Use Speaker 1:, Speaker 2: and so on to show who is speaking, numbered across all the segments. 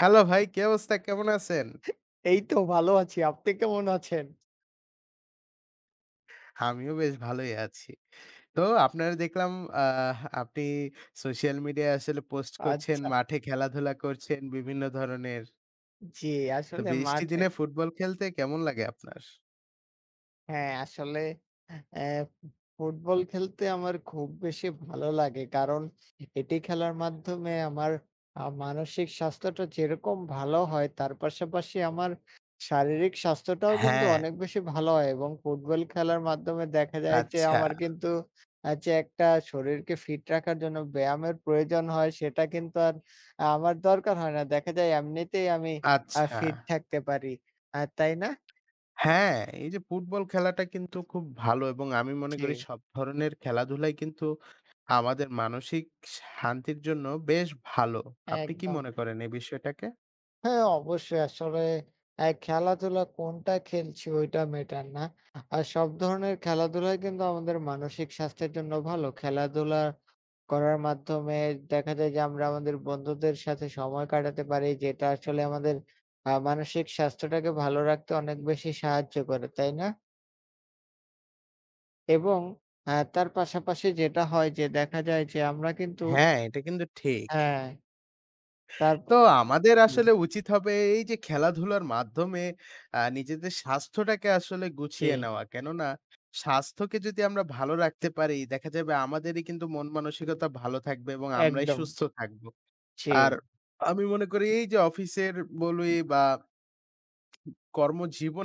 Speaker 1: Hello ভাই, কি অবস্থা? কেমন আছেন?
Speaker 2: এই তো ভালো আছি। আপনি কেমন আছেন?
Speaker 1: আমিও বেশ ভালোই আছি। তো আপনার দেখলাম আপনি সোশ্যাল মিডিয়ায় আসলে পোস্ট করছেন,
Speaker 2: আচ্ছা।
Speaker 1: মাঠে খেলাধুলা করছেন বিভিন্ন ধরনের।
Speaker 2: জি,
Speaker 1: তো
Speaker 2: আসলে
Speaker 1: বৃষ্টি
Speaker 2: মাঠে।
Speaker 1: দিনে ফুটবল খেলতে কেমন লাগে আপনার?
Speaker 2: হ্যাঁ, আসলে অ্যা ফুটবল খেলতে আমার খুব বেশি ভালো লাগে। কারণ এটি খেলার মাধ্যমে আমার মানসিক স্বাস্থ্যটা যেরকম ভালো হয়, তার পাশাপাশি আমার শারীরিক স্বাস্থ্যটাও কিন্তু
Speaker 1: হ্যাঁ,
Speaker 2: অনেক বেশি ভালো হয় এবং ফুটবল খেলার মাধ্যমে দেখা যায় যে
Speaker 1: আচ্ছা,
Speaker 2: আমার কিন্তু যে একটা শরীরকে ফিট রাখার জন্য ব্যায়ামের প্রয়োজন হয়, সেটা কিন্তু আর আমার দরকার হয় না। দেখা যায় এমনিতেই আমি
Speaker 1: আচ্ছা।
Speaker 2: ফিট থাকতে পারি। তাই না?
Speaker 1: হ্যাঁ, এই যে ফুটবল খেলাটা কিন্তু খুব ভালো এবং আমি মনে
Speaker 2: জি,
Speaker 1: করি সব ধরনের খেলাধুলাই কিন্তু আমাদের মানসিক শান্তির জন্য বেশ ভালো। আপনি কি
Speaker 2: একদম।
Speaker 1: মনে করেন এই বিষয়টাকে?
Speaker 2: হ্যাঁ, অবশ্যই আসলে খেলাধুলা কোনটা খেলছি ওইটা ম্যাটার না। আর সব ধরনের খেলাধুলাই কিন্তু আমাদের মানসিক স্বাস্থ্যের জন্য ভালো। খেলাধুলা করার মাধ্যমে দেখা যায় যে আমরা আমাদের বন্ধুদের সাথে সময় কাটাতে পারি, যেটা আসলে আমাদের মানসিক স্বাস্থ্যটাকে ভালো রাখতে অনেক বেশি সাহায্য করে, তাই না? এবং তার পাশাপাশি যেটা হয় যে দেখা যায় যে আমরা কিন্তু
Speaker 1: হ্যাঁ, এটা কিন্তু ঠিক।
Speaker 2: হ্যাঁ, তার।
Speaker 1: তো আমাদের
Speaker 2: জি,
Speaker 1: আসলে উচিত হবে এই যে খেলাধুলার মাধ্যমে নিজেদের স্বাস্থ্যটাকে আসলে
Speaker 2: জি,
Speaker 1: গুছিয়ে নেওয়া। কেননা স্বাস্থ্যকে যদি আমরা ভালো রাখতে পারি, দেখা যাবে আমাদেরই কিন্তু মন মানসিকতা ভালো থাকবে এবং আমরাই
Speaker 2: একদম।
Speaker 1: সুস্থ থাকবো।
Speaker 2: জি,
Speaker 1: আর আমি মনে করি এই যে অফিসের বলি বা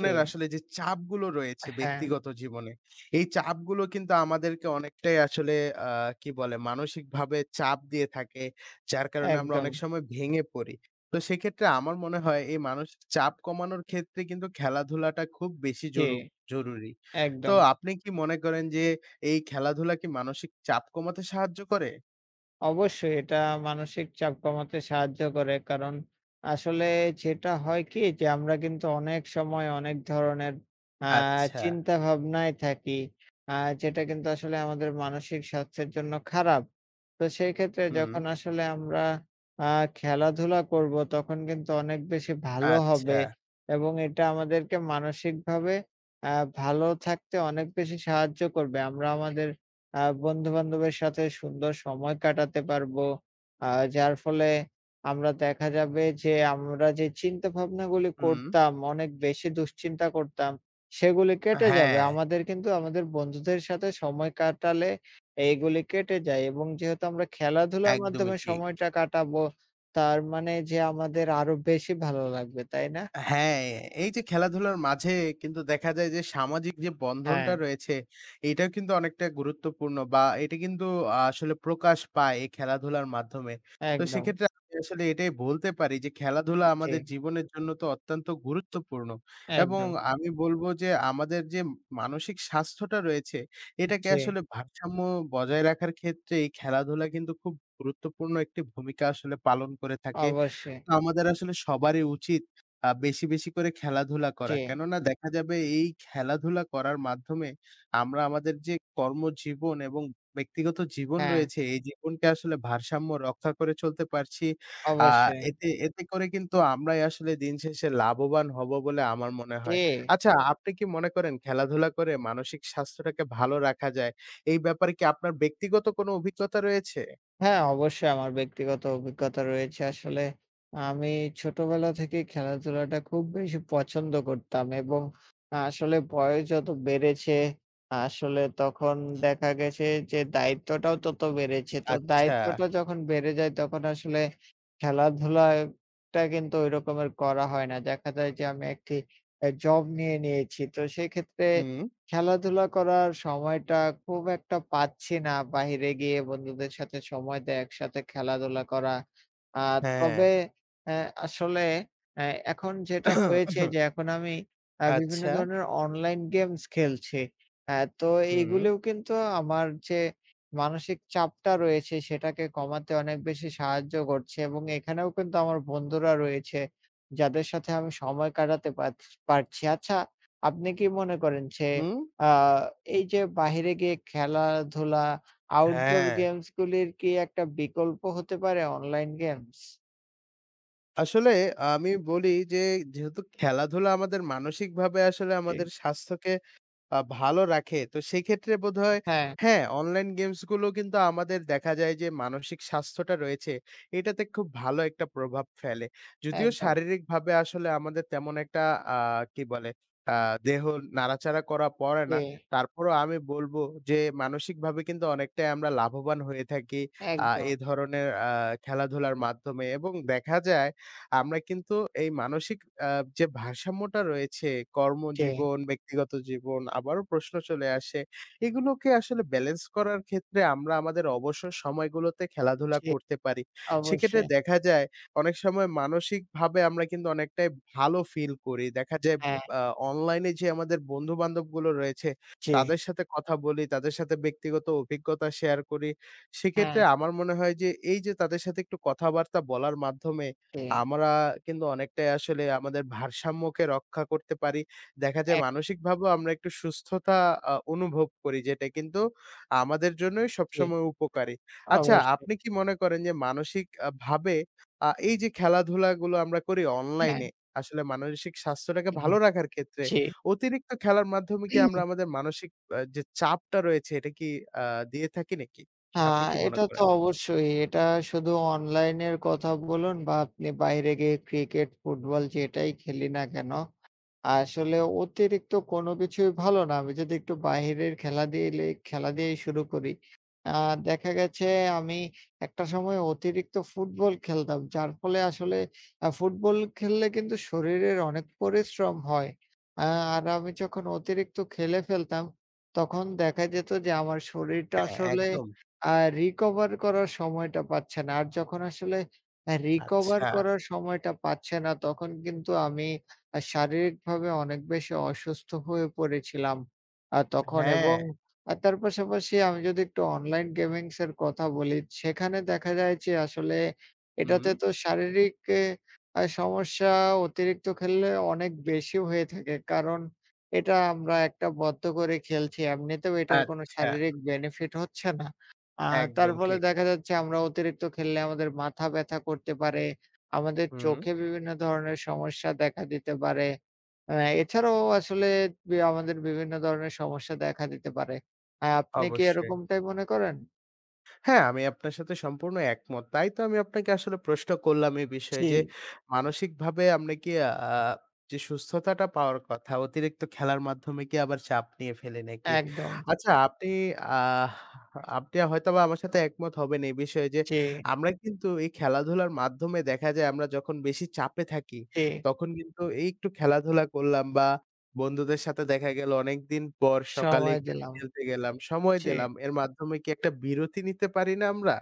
Speaker 2: জি,
Speaker 1: আসলে যে চাপগুলো রয়েছে
Speaker 2: হ্যাঁ,
Speaker 1: ব্যক্তিগত জীবনে, এই চাপগুলো কিন্তু আমাদেরকে অনেকটাই আসলে আ কি বলে মানসিকভাবে চাপ দিয়ে থাকে। যার কারণে আমরা
Speaker 2: একদম।
Speaker 1: অনেক সময় ভেঙে পড়ি। তো সেক্ষেত্রে আমার মনে হয় এই মানসিক চাপ কমানোর ক্ষেত্রে কিন্তু খেলাধুলাটা খুব বেশি
Speaker 2: জি,
Speaker 1: জরুরি। তো
Speaker 2: একদম।
Speaker 1: আপনি কি মনে করেন যে এই খেলাধুলা কি মানসিক চাপ কমাতে সাহায্য করে?
Speaker 2: অবশ্যই এটা মানসিক চাপ কমাতে সাহায্য করে। কারণ আসলে যেটা হয় কি যে আমরা কিন্তু অনেক সময় অনেক ধরনের আ
Speaker 1: আচ্ছা,
Speaker 2: চিন্তাভাবনায় থাকি। আ যেটা কিন্তু আসলে আমাদের মানসিক স্বাস্থ্যের জন্য খারাপ। তো সেই ক্ষেত্রে
Speaker 1: হুম,
Speaker 2: যখন আসলে আমরা আ খেলাধুলা করব তখন কিন্তু অনেক বেশি ভালো
Speaker 1: আচ্ছা,
Speaker 2: হবে এবং এটা আমাদেরকে মানসিকভাবে আ ভালো থাকতে অনেক বেশি সাহায্য করবে। আমরা আমাদের আ বন্ধু-বান্ধবের সাথে সুন্দর সময় কাটাতে পারবো। আ যার ফলে আমরা দেখা যাবে যে আমরা যে চিন্তাভাবনাগুলি
Speaker 1: হুম,
Speaker 2: করতাম, অনেক বেশি দুশ্চিন্তা করতাম, সেগুলি কেটে যাবে।
Speaker 1: হ্যাঁ,
Speaker 2: আমাদের কিন্তু আমাদের বন্ধুদের সাথে সময় কাটালে এইগুলি কেটে যায় এবং যেহেতু আমরা খেলাধুলার
Speaker 1: একদমই
Speaker 2: মাধ্যমে
Speaker 1: ঠিক।
Speaker 2: সময়টা কাটাবো, তার মানে যে আমাদের আরো বেশি ভালো লাগবে, তাই না?
Speaker 1: হ্যাঁ, এই যে খেলাধুলার মাঝে কিন্তু দেখা যায় যে সামাজিক যে
Speaker 2: হ্যাঁ,
Speaker 1: বন্ধনটা রয়েছে, এটাও কিন্তু অনেকটা গুরুত্বপূর্ণ বা এটা কিন্তু আসলে প্রকাশ পায় এই খেলাধুলার মাধ্যমে। তো
Speaker 2: একদম।
Speaker 1: সেক্ষেত্রে আমি আসলে এটাই বলতে পারি যে খেলাধুলা
Speaker 2: জি,
Speaker 1: আমাদের জীবনের জন্য তো অত্যন্ত গুরুত্বপূর্ণ এবং
Speaker 2: একদম।
Speaker 1: আমি বলব যে আমাদের যে মানসিক স্বাস্থ্যটা রয়েছে, এটাকে
Speaker 2: জি,
Speaker 1: আসলে ভারসাম্য বজায় রাখার ক্ষেত্রে এই খেলাধুলা কিন্তু খুব গুরুত্বপূর্ণ একটি ভূমিকা আসলে পালন করে থাকে।
Speaker 2: অবশ্যই।
Speaker 1: আমাদের আসলে সবারই উচিত বেশি, বেশি করে খেলাধুলা করা।
Speaker 2: জি,
Speaker 1: কেননা দেখা যাবে এই খেলাধুলা করার মাধ্যমে আমরা আমাদের যে কর্মজীবন এবং ব্যক্তিগত জীবন
Speaker 2: হ্যাঁ,
Speaker 1: রয়েছে, এই জীবনকে আসলে ভারসাম্য রক্ষা করে চলতে পারছি। আ
Speaker 2: অবশ্যই।
Speaker 1: এতে এতে করে কিন্তু আমরাই আসলে দিন শেষে লাভবান হব বলে আমার মনে
Speaker 2: জি।
Speaker 1: হয়। আচ্ছা আপনি কি মনে করেন খেলাধুলা করে মানসিক স্বাস্থ্যটাকে ভালো রাখা যায়? এই ব্যাপারে কি আপনার ব্যক্তিগত কোনো অভিজ্ঞতা রয়েছে?
Speaker 2: হ্যাঁ, অবশ্যই আমার ব্যক্তিগত অভিজ্ঞতা রয়েছে। আসলে আমি ছোটবেলা থেকেই খেলাধুলাটা খুব বেশি পছন্দ করতাম এবং আসলে বয়স যত বেড়েছে, আসলে তখন দেখা গেছে যে দায়িত্বটাও তত বেড়েছে। তো
Speaker 1: আচ্ছা।
Speaker 2: দায়িত্বটা যখন বেড়ে যায় তখন আসলে খেলাধুলাটা কিন্তু ওই রকমের করা হয় না। দেখা যায় যে আমি একটি জব নিয়ে নিয়েছি। তো সেক্ষেত্রে
Speaker 1: হুম,
Speaker 2: খেলাধুলা করার সময়টা খুব একটা পাচ্ছি না। বাহিরে গিয়ে বন্ধুদের সাথে সময় দেয়া, একসাথে খেলাধুলা করা। আ
Speaker 1: হ্যাঁ।
Speaker 2: তবে অ্যা আসলে অ্যা এখন যেটা হয়েছে যে এখন আমি বিভিন্ন
Speaker 1: আচ্ছা।
Speaker 2: ধরনের অনলাইন গেমস খেলছি। তো
Speaker 1: হুম।
Speaker 2: এইগুলিও কিন্তু আমার যে মানসিক চাপটা রয়েছে সেটাকে কমাতে অনেক বেশি সাহায্য করছে এবং এখানেও কিন্তু আমার বন্ধুরা রয়েছে, যাদের সাথে আমি সময় কাটাতে পারছি। আচ্ছা, আপনি কি মনে করেন যে
Speaker 1: হুম?
Speaker 2: আ এই যে বাহিরে গিয়ে খেলাধুলা, আউটডোর
Speaker 1: হ্যাঁ,
Speaker 2: গেমস গুলির কি একটা বিকল্প হতে পারে অনলাইন গেমস?
Speaker 1: আসলে আমি বলি যে যেহেতু খেলাধুলা আমাদের মানসিকভাবে আসলে
Speaker 2: জি,
Speaker 1: আমাদের স্বাস্থ্যকে ভালো রাখে। তো সেক্ষেত্রে বোধহয়
Speaker 2: হ্যাঁ,
Speaker 1: হ্যাঁ, অনলাইন গেমস গুলো কিন্তু আমাদের দেখা যায় যে মানসিক স্বাস্থ্যটা রয়েছে, এটাতে খুব ভালো একটা প্রভাব ফেলে। যদিও
Speaker 2: একদম।
Speaker 1: শারীরিকভাবে আসলে আমাদের তেমন একটা আ কি বলে আ দেহ নাড়াচাড়া করা পড়ে
Speaker 2: জি,
Speaker 1: না। তারপরও আমি বলব যে মানসিকভাবে কিন্তু অনেকটাই আমরা লাভবান হয়ে থাকি এ
Speaker 2: একদম।
Speaker 1: ধরনের খেলাধুলার মাধ্যমে এবং দেখা যায় আমরা কিন্তু এই মানসিক আ যে ভারসাম্যটা রয়েছে
Speaker 2: জি,
Speaker 1: কর্মজীবন, ব্যক্তিগত জীবন আবারও প্রশ্ন চলে আসে। এগুলোকে আসলে ব্যালেন্স করার ক্ষেত্রে আমরা আমাদের অবসর সময়গুলোতে খেলাধুলা
Speaker 2: জি,
Speaker 1: করতে পারি। সেক্ষেত্রে
Speaker 2: অবশ্যই।
Speaker 1: দেখা যায় অনেক সময় মানসিকভাবে আমরা কিন্তু অনেকটাই ভালো ফিল করি। দেখা যায়
Speaker 2: হ্যাঁ,
Speaker 1: আ অনলাইনে যে আমাদের বন্ধু-বান্ধবগুলো রয়েছে
Speaker 2: জি,
Speaker 1: তাদের সাথে কথা বলি, তাদের সাথে ব্যক্তিগত অভিজ্ঞতা শেয়ার করি। সেক্ষেত্রে
Speaker 2: হ্যাঁ,
Speaker 1: আমার মনে হয় যে এই যে তাদের সাথে একটু কথাবার্তা বলার মাধ্যমে
Speaker 2: জি,
Speaker 1: আমরা কিন্তু অনেকটাই আসলে আমাদের ভারসাম্যকে রক্ষা করতে পারি। দেখা যায়
Speaker 2: এক
Speaker 1: মানসিকভাবেও আমরা একটু সুস্থতা অনুভব করি যেটা কিন্তু আমাদের জন্যই
Speaker 2: জি,
Speaker 1: সবসময় উপকারী। আচ্ছা
Speaker 2: অবশ্যই।
Speaker 1: আপনি কি মনে করেন যে মানসিক ভাবে এই যে খেলাধুলাগুলো আমরা করি
Speaker 2: হ্যাঁ,
Speaker 1: অনলাইনে, আসলে মানসিক স্বাস্থ্যটাকে ভালো
Speaker 2: হুম,
Speaker 1: রাখার ক্ষেত্রে
Speaker 2: জি।
Speaker 1: অতিরিক্ত খেলার মাধ্যমে কি আমরা আমাদের মানসিক যে চাপটা রয়েছে এটা কি আ দিয়ে থাকি নাকি? আপনি
Speaker 2: হ্যাঁ,
Speaker 1: কি মনে
Speaker 2: এটা তো
Speaker 1: করেন?
Speaker 2: অবশ্যই। এটা শুধু অনলাইনের কথা বলুন বা আপনি বাইরে গিয়ে ক্রিকেট, ফুটবল যেটাই খেলি না কেন আসলে অতিরিক্ত কোনো কিছুই ভালো না। আমি যদি একটু বাহিরের খেলা দিয়েই শুরু করি। আ দেখা গেছে আমি একটা সময় অতিরিক্ত ফুটবল খেলতাম। যার ফলে আসলে ফুটবল খেললে কিন্তু শরীরের অনেক পরিশ্রম হয়। আ আর আমি যখন অতিরিক্ত খেলে ফেলতাম, তখন দেখা যেত যে আমার শরীরটা
Speaker 1: হ্যাঁ,
Speaker 2: আসলে
Speaker 1: একদম।
Speaker 2: আ recover করার সময়টা পাচ্ছে না। আর যখন আসলে recover
Speaker 1: আচ্ছা।
Speaker 2: করার সময়টা পাচ্ছে না, তখন কিন্তু আমি শারীরিকভাবে অনেক বেশি অসুস্থ হয়ে পড়েছিলাম তখন
Speaker 1: হ্যাঁ,
Speaker 2: এবং তার পাশাপাশি আমি যদি একটু অনলাইন গেমিংস এর কথা বলি, সেখানে দেখা যায় যে আসলে
Speaker 1: হুম।
Speaker 2: এটাতে তো শারীরিক এ সমস্যা অতিরিক্ত খেললে অনেক বেশি হয়ে থাকে। কারণ এটা আমরা একটা বদ্ধ করে খেলছি। এমনিতেও এটার কোনো
Speaker 1: আচ্ছা,
Speaker 2: শারীরিক বেনিফিট হচ্ছে না। আ তার
Speaker 1: একদম
Speaker 2: ফলে
Speaker 1: ঠিক।
Speaker 2: দেখা যাচ্ছে আমরা অতিরিক্ত খেললে আমাদের মাথা ব্যথা করতে পারে। আমাদের
Speaker 1: হুম,
Speaker 2: চোখে বিভিন্ন ধরনের সমস্যা দেখা দিতে পারে। আ এছাড়াও আসলে আমাদের বিভিন্ন ধরনের সমস্যা দেখা দিতে পারে। আপনি কি
Speaker 1: অবশ্যই।
Speaker 2: এরকমটাই মনে করেন?
Speaker 1: হ্যাঁ, আমি আপনার সাথে সম্পূর্ণ একমত। তাই তো আমি আপনাকে আসলে প্রশ্ন করলাম এই বিষয়ে
Speaker 2: জি।
Speaker 1: যে, মানসিকভাবে আমরা কি যে সুস্থতাটা পাওয়ার কথা, অতিরিক্ত খেলার মাধ্যমে কি আবার চাপ নিয়ে ফেলি নাকি?
Speaker 2: একদম।
Speaker 1: আচ্ছা আপনি আহ আপনি হয়তোবা আমার সাথে একমত হবেন এই বিষয়ে যে,
Speaker 2: জি,
Speaker 1: আমরা কিন্তু এই খেলাধুলার মাধ্যমে দেখা যায় আমরা যখন বেশি চাপে থাকি,
Speaker 2: জি।
Speaker 1: তখন কিন্তু এই একটু খেলাধুলা করলাম বা বন্ধুদের সাথে দেখা গেল অনেকদিন পর সকালে
Speaker 2: সময়
Speaker 1: একটু
Speaker 2: দিলাম।
Speaker 1: খেলতে গেলাম, সময়
Speaker 2: জি।
Speaker 1: দিলাম। এর মাধ্যমে কি একটা বিরতি নিতে পারি না আমরা?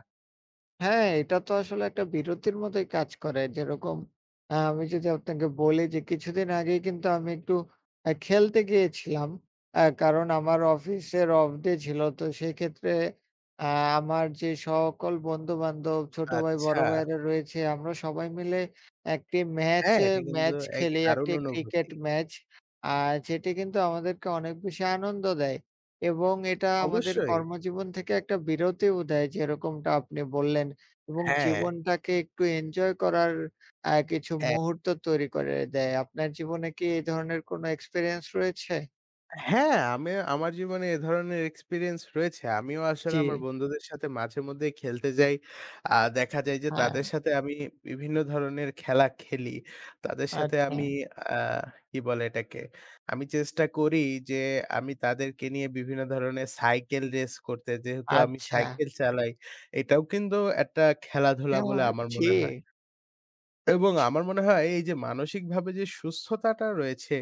Speaker 2: হ্যাঁ, এটা তো আসলে একটা বিরতির মতোই কাজ করে। যেরকম আমি যদি আপনাকে বলি যে কিছুদিন আগেই কিন্তু আমি একটু খেলতে গিয়েছিলাম। কারণ আমার অফিসের অফ ডে ছিল। তো সেক্ষেত্রে আ আমার যে সকল বন্ধু-বান্ধব, ছোট ভাই, বড়
Speaker 1: আচ্ছা।
Speaker 2: ভাইয়েরা রয়েছে আমরা সবাই মিলে একটি
Speaker 1: হ্যাঁ, এটা কিন্তু
Speaker 2: ম্যাচ
Speaker 1: এক
Speaker 2: খেলি,
Speaker 1: দারুণ
Speaker 2: একটি ক্রিকেট
Speaker 1: অনুভূতি।
Speaker 2: ম্যাচ। আর যেটি কিন্তু আমাদেরকে অনেক বেশি আনন্দ দেয়। এবং এটা আমাদের
Speaker 1: অবশ্যই।
Speaker 2: কর্মজীবন থেকে একটা বিরতিও দেয় যেরকমটা আপনি বললেন এবং
Speaker 1: হ্যাঁ।
Speaker 2: জীবনটাকে একটু এনজয় করার কিছু মুহূর্ত তৈরি করে দেয়। আপনার জীবনে কি এই ধরনের কোনো এক্সপেরিয়েন্স রয়েছে?
Speaker 1: হ্যাঁ, আমি আমার জীবনে এ ধরনের এক্সপেরিয়েন্স রয়েছে। আমিও আসলে
Speaker 2: জি,
Speaker 1: আমার বন্ধুদের সাথে মাঝেমধ্যেই খেলতে যাই। দেখা যায় যে
Speaker 2: হ্যাঁ,
Speaker 1: তাদের সাথে আমি বিভিন্ন ধরনের খেলা খেলি। তাদের সাথে
Speaker 2: আচ্ছা,
Speaker 1: আমি আ কি বলে এটাকে? আমি চেষ্টা করি যে আমি তাদেরকে নিয়ে বিভিন্ন ধরনের সাইকেল রেস করতে। যেহেতু আমি
Speaker 2: আচ্ছা।
Speaker 1: সাইকেল চালাই, এটাও কিন্তু একটা খেলাধুলা বলে
Speaker 2: হ্যাঁ,
Speaker 1: আমার
Speaker 2: জি,
Speaker 1: মনে হয়। এবং আমার মনে হয় এই যে মানসিকভাবে যে সুস্থতাটা রয়েছে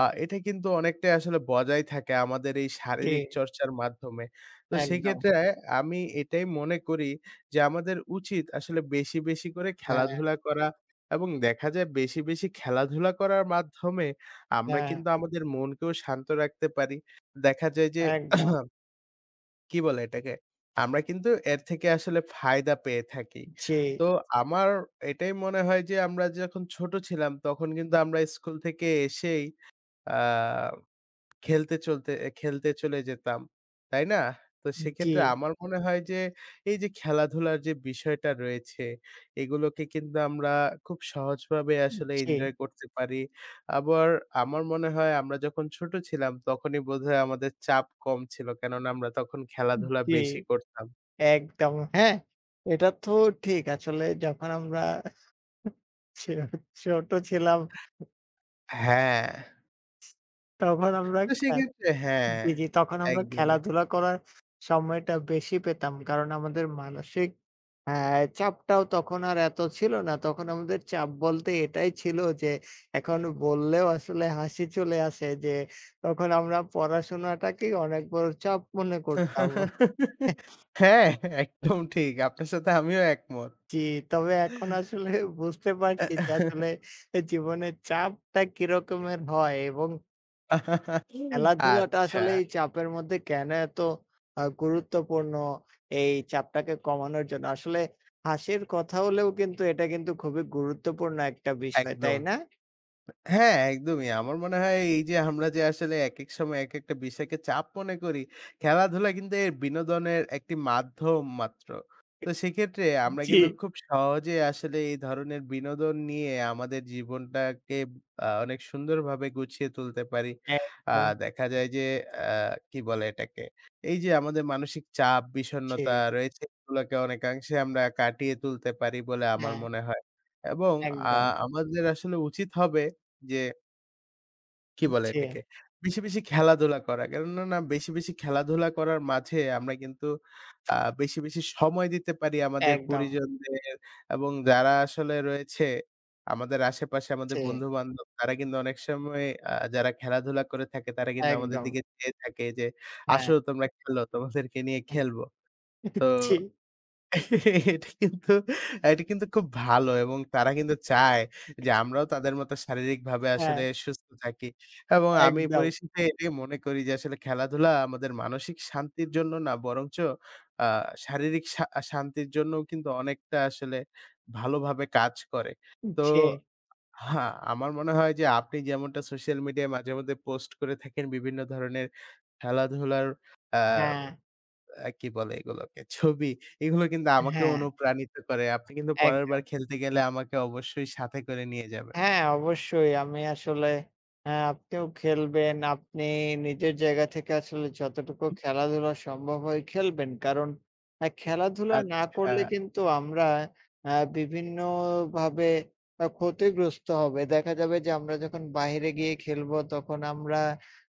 Speaker 1: এটা কিন্তু অনেকটাই আসলে বজায় থাকে আমাদের এই
Speaker 2: জি,
Speaker 1: শারীরিক চর্চার মাধ্যমে। তো
Speaker 2: একদম।
Speaker 1: সেক্ষেত্রে আমি এটাই মনে করি যে আমাদের উচিত আসলে বেশি, বেশি করে
Speaker 2: হ্যাঁ,
Speaker 1: খেলাধুলা করা এবং দেখা যায় বেশি, বেশি খেলাধুলা করার মাধ্যমে আমরা
Speaker 2: হ্যাঁ,
Speaker 1: কিন্তু আমাদের মনকেও শান্ত রাখতে পারি। দেখা যায় যে
Speaker 2: একদম।
Speaker 1: কি বলে এটাকে? আমরা কিন্তু এর থেকে আসলে ফায়দা পেয়ে থাকি।
Speaker 2: জি,
Speaker 1: তো আমার এটাই মনে হয় যে আমরা যখন ছোট ছিলাম তখন কিন্তু আমরা স্কুল থেকে এসেই আ খেলতে চলতে এ খেলতে চলে যেতাম। তাই না? তো
Speaker 2: জি,
Speaker 1: সেক্ষেত্রে আমার মনে হয় যে এই যে খেলাধুলার যে বিষয়টা রয়েছে, এগুলোকে কিন্তু আমরা খুব সহজভাবে আসলে
Speaker 2: জি,
Speaker 1: এনজয় করতে পারি। আবার আমার মনে হয় আমরা যখন ছোট ছিলাম তখনই বোধহয় আমাদের চাপ কম ছিল। কেননা আমরা তখন খেলাধুলা
Speaker 2: জি,
Speaker 1: বেশি করতাম।
Speaker 2: একদম। হ্যাঁ, এটা তো ঠিক। আসলে যখন আমরা ছো ছোট ছিলাম
Speaker 1: হ্যাঁ,
Speaker 2: তখন আমরা
Speaker 1: তো সেক্ষেত্রে হ্যাঁ,
Speaker 2: জি, জি। তখন আমরা
Speaker 1: একদমই।
Speaker 2: খেলাধুলা করার সময়টা বেশি পেতাম। কারণ আমাদের মানসিক আ চাপটাও তখন আর এত ছিল না। তখন আমাদের চাপ বলতে এটাই ছিল যে এখন বললেও আসলে হাসি চলে আসে যে তখন আমরা পড়াশোনাটাকেই অনেক বড় চাপ মনে করতাম।
Speaker 1: হ্যাঁ, একদম ঠিক। আপনার সাথে আমিও একমত।
Speaker 2: জি, তবে এখন আসলে বুঝতে পারছি যে আসলে জীবনের চাপটা কিরকমের হয় এবং খেলাধুলাটা
Speaker 1: আচ্ছা,
Speaker 2: আসলে এই চাপের মধ্যে কেন এত গুরুত্বপূর্ণ এই চাপটাকে কমানোর জন্য? আসলে হাসির কথা হলেও কিন্তু এটা কিন্তু খুবই গুরুত্বপূর্ণ একটা বিষয়,
Speaker 1: একদম।
Speaker 2: তাই না?
Speaker 1: হ্যাঁ, একদমই। আমার মনে হয় এই যে আমরা যে আসলে একেক সময় একেকটা বিষয়কে চাপ মনে করি, খেলাধুলা কিন্তু এর বিনোদনের একটি মাধ্যম মাত্র। তো সেক্ষেত্রে আমরা
Speaker 2: জি।
Speaker 1: কিন্তু খুব সহজে আসলে এই ধরনের বিনোদন নিয়ে আমাদের জীবনটাকে অনেক সুন্দরভাবে গুছিয়ে তুলতে পারি। আ
Speaker 2: একদম।
Speaker 1: দেখা যায় যে আ কি বলে এটাকে? এই যে আমাদের মানসিক চাপ,
Speaker 2: জি,
Speaker 1: বিষণ্ণতা রয়েছে এগুলোকে অনেকাংশে আমরা কাটিয়ে তুলতে পারি বলে আমার
Speaker 2: হ্যাঁ,
Speaker 1: মনে হয়। এবং আ
Speaker 2: একদম।
Speaker 1: আমাদের আসলে উচিত হবে যে কি বলে
Speaker 2: জি,
Speaker 1: এটাকে? বেশি, বেশি খেলাধুলা করা। কেননা না বেশি, বেশি খেলাধুলা করার মাঝে আমরা কিন্তু আ বেশি, বেশি সময় দিতে পারি আমাদের
Speaker 2: একদম।
Speaker 1: পরিজনদের এবং যারা আসলে রয়েছে আমাদের আশেপাশে আমাদের
Speaker 2: জি,
Speaker 1: বন্ধু-বান্ধব তারা কিন্তু অনেক সময় যারা খেলাধুলা করে থাকে তারা কিন্তু আমাদের
Speaker 2: একদম।
Speaker 1: দিকে চেয়ে থাকে যে,
Speaker 2: হ্যাঁ,
Speaker 1: "আসো তোমরা খেলো, তোমাদেরকে নিয়ে খেলবো।" তো
Speaker 2: জি,
Speaker 1: এটা কিন্তু এটা কিন্তু খুব ভালো এবং তারা কিন্তু চায় যে আমরাও তাদের মতো শারীরিকভাবে
Speaker 2: হ্যাঁ,
Speaker 1: আসলে সুস্থ থাকি এবং আমি
Speaker 2: একদম।
Speaker 1: পরিশেষে এটাই মনে করি যে আসলে খেলাধুলা আমাদের মানসিক শান্তির জন্য না বরঞ্চ আ শারীরিক শা শান্তির জন্যও কিন্তু অনেকটা আসলে ভালোভাবে কাজ করে। তো
Speaker 2: জি,
Speaker 1: হ্যাঁ, আমার মনে হয় যে আপনি যেমনটা সোশ্যাল মিডিয়ায় মাঝেমধ্যে পোস্ট করে থাকেন বিভিন্ন ধরনের খেলাধুলার আ
Speaker 2: হ্যাঁ,
Speaker 1: আ কি বলে এগুলোকে? ছবি। এগুলো কিন্তু আমাকেও
Speaker 2: হ্যাঁ,
Speaker 1: অনুপ্রাণিত করে। আপনি কিন্তু পরের বার
Speaker 2: একদম।
Speaker 1: খেলতে গেলে আমাকে অবশ্যই সাথে করে নিয়ে যাবেন।
Speaker 2: হ্যাঁ, অবশ্যই। আমি আসলে হ্যাঁ, আপনিও খেলবেন। আপনি নিজের জায়গা থেকে আসলে যতটুকু খেলাধুলা সম্ভব হয় খেলবেন। কারণ খেলাধুলা না
Speaker 1: আচ্ছা।
Speaker 2: করলে কিন্তু আমরা আ বিভিন্নভাবে ক্ষতিগ্রস্ত হবে। দেখা যাবে যে আমরা যখন বাহিরে গিয়ে খেলবো তখন আমরা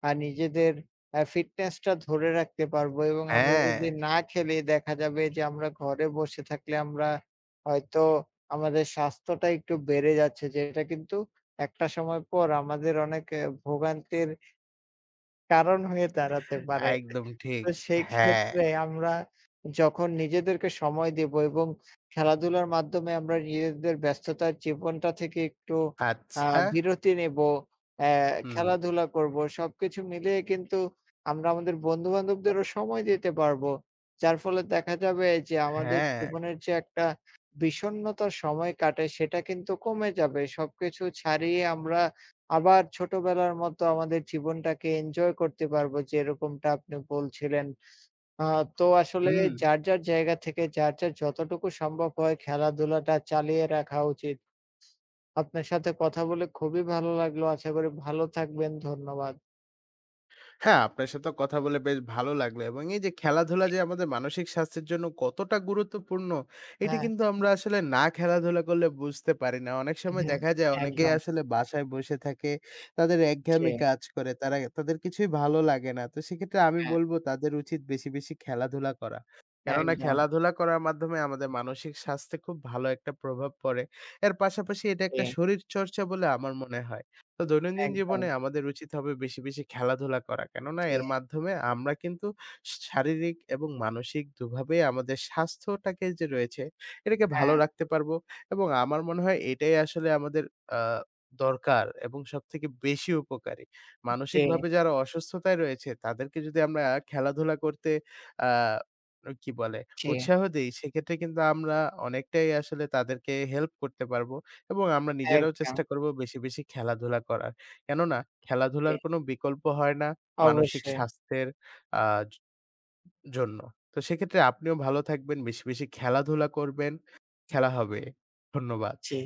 Speaker 2: নিজেদের ফিটনেসটা ধরে রাখতে পারবো এবং আমরা
Speaker 1: হ্যাঁ,
Speaker 2: যদি না খেলি দেখা যাবে যে আমরা ঘরে বসে থাকলে আমরা হয়তো আমাদের স্বাস্থ্যটা একটু বেড়ে যাচ্ছে, যেটা কিন্তু একটা সময় পর আমাদের অনেক ভোগান্তির কারণ হয়ে দাঁড়াতে পারে।
Speaker 1: একদম ঠিক।
Speaker 2: তো সেই
Speaker 1: হ্যাঁ।
Speaker 2: ক্ষেত্রে আমরা যখন নিজেদেরকে সময় দেব এবং খেলাধুলার মাধ্যমে আমরা নিজেদের ব্যস্ততার জীবনটা থেকে একটু আ
Speaker 1: আচ্ছা।
Speaker 2: বিরতি নেব, অ্যা
Speaker 1: হুম।
Speaker 2: খেলাধুলা করব। সবকিছু মিলিয়ে কিন্তু আমরা আমাদের বন্ধু-বান্ধবদেরও সময় দিতে পারবো। যার ফলে দেখা যাবে যে আমাদের
Speaker 1: হ্যাঁ।
Speaker 2: জীবনের যে একটা বিষণ্ণতার সময় কাটে সেটা কিন্তু কমে যাবে। সবকিছু ছাড়িয়ে আমরা আবার ছোটবেলার মতো আমাদের জীবনটাকে এনজয় করতে পারবো যেরকমটা আপনি বলছিলেন। আ তো আসলে
Speaker 1: হুম।
Speaker 2: যার, যার জায়গা থেকে যার, যার যতটুকু সম্ভব হয় খেলাধুলাটা চালিয়ে রাখা উচিত। আপনার সাথে কথা বলে খুবই ভালো লাগলো। আশা করি ভালো থাকবেন। ধন্যবাদ।
Speaker 1: হ্যাঁ, আপনার সাথেও কথা বলে বেশ ভালো লাগলো এবং এই যে খেলাধুলা
Speaker 2: জি।
Speaker 1: যে আমাদের মানসিক স্বাস্থ্যের জন্য কতটা গুরুত্বপূর্ণ, এটা
Speaker 2: হ্যাঁ,
Speaker 1: কিন্তু আমরা আসলে না খেলাধুলা করলে বুঝতে পারি না। অনেক সময়
Speaker 2: হ্যাঁ,
Speaker 1: দেখা যায় অনেকেই
Speaker 2: একদম।
Speaker 1: আসলে বাসায় বসে থাকে, তাদের
Speaker 2: জি,
Speaker 1: একঘেয়েমি কাজ করে, তারা তাদের কিছুই ভালো লাগে না। তো সেক্ষেত্রে আমি
Speaker 2: হ্যাঁ,
Speaker 1: বলব তাদের উচিত বেশি, বেশি খেলাধুলা করা। কেননা
Speaker 2: একদম।
Speaker 1: খেলাধুলা করার মাধ্যমে আমাদের মানসিক স্বাস্থ্যে খুব ভালো একটা প্রভাব পড়ে। এর পাশাপাশি এটা
Speaker 2: জি,
Speaker 1: একটা শরীরচর্চা বলে আমার মনে হয়। তো দৈনন্দিন
Speaker 2: একদম।
Speaker 1: জীবনে আমাদের উচিত হবে বেশি, বেশি খেলাধুলা করা। কেননা
Speaker 2: জি,
Speaker 1: এর মাধ্যমে আমরা কিন্তু শারীরিক এবং মানসিক দুভাবেই আমাদের স্বাস্থ্যটাকে যে রয়েছে, এটাকে ভালো
Speaker 2: হ্যাঁ,
Speaker 1: রাখতে পারবো এবং আমার মনে হয় এটাই আসলে আমাদের আ দরকার এবং সবথেকে বেশি উপকারী।
Speaker 2: জি,
Speaker 1: মানসিকভাবে যারা অসুস্থতায় রয়েছে তাদেরকে যদি আমরা খেলাধুলা করতে আ কি বলে?
Speaker 2: জি,
Speaker 1: উৎসাহ দেই সেক্ষেত্রে কিন্তু আমরা অনেকটাই আসলে তাদেরকে হেল্প করতে পারবো। এবং আমরা নিজেরাও
Speaker 2: একদম।
Speaker 1: চেষ্টা করব বেশি, বেশি খেলাধুলা করার। কেননা
Speaker 2: জি,
Speaker 1: খেলাধুলার কোনো বিকল্প হয় না মানসিক
Speaker 2: অবশ্যই।
Speaker 1: স্বাস্থ্যের আ জ জন্য। তো সেক্ষেত্রে আপনিও ভালো থাকবেন, বেশি, বেশি খেলাধুলা করবেন। খেলা হবে। ধন্যবাদ।
Speaker 2: জি।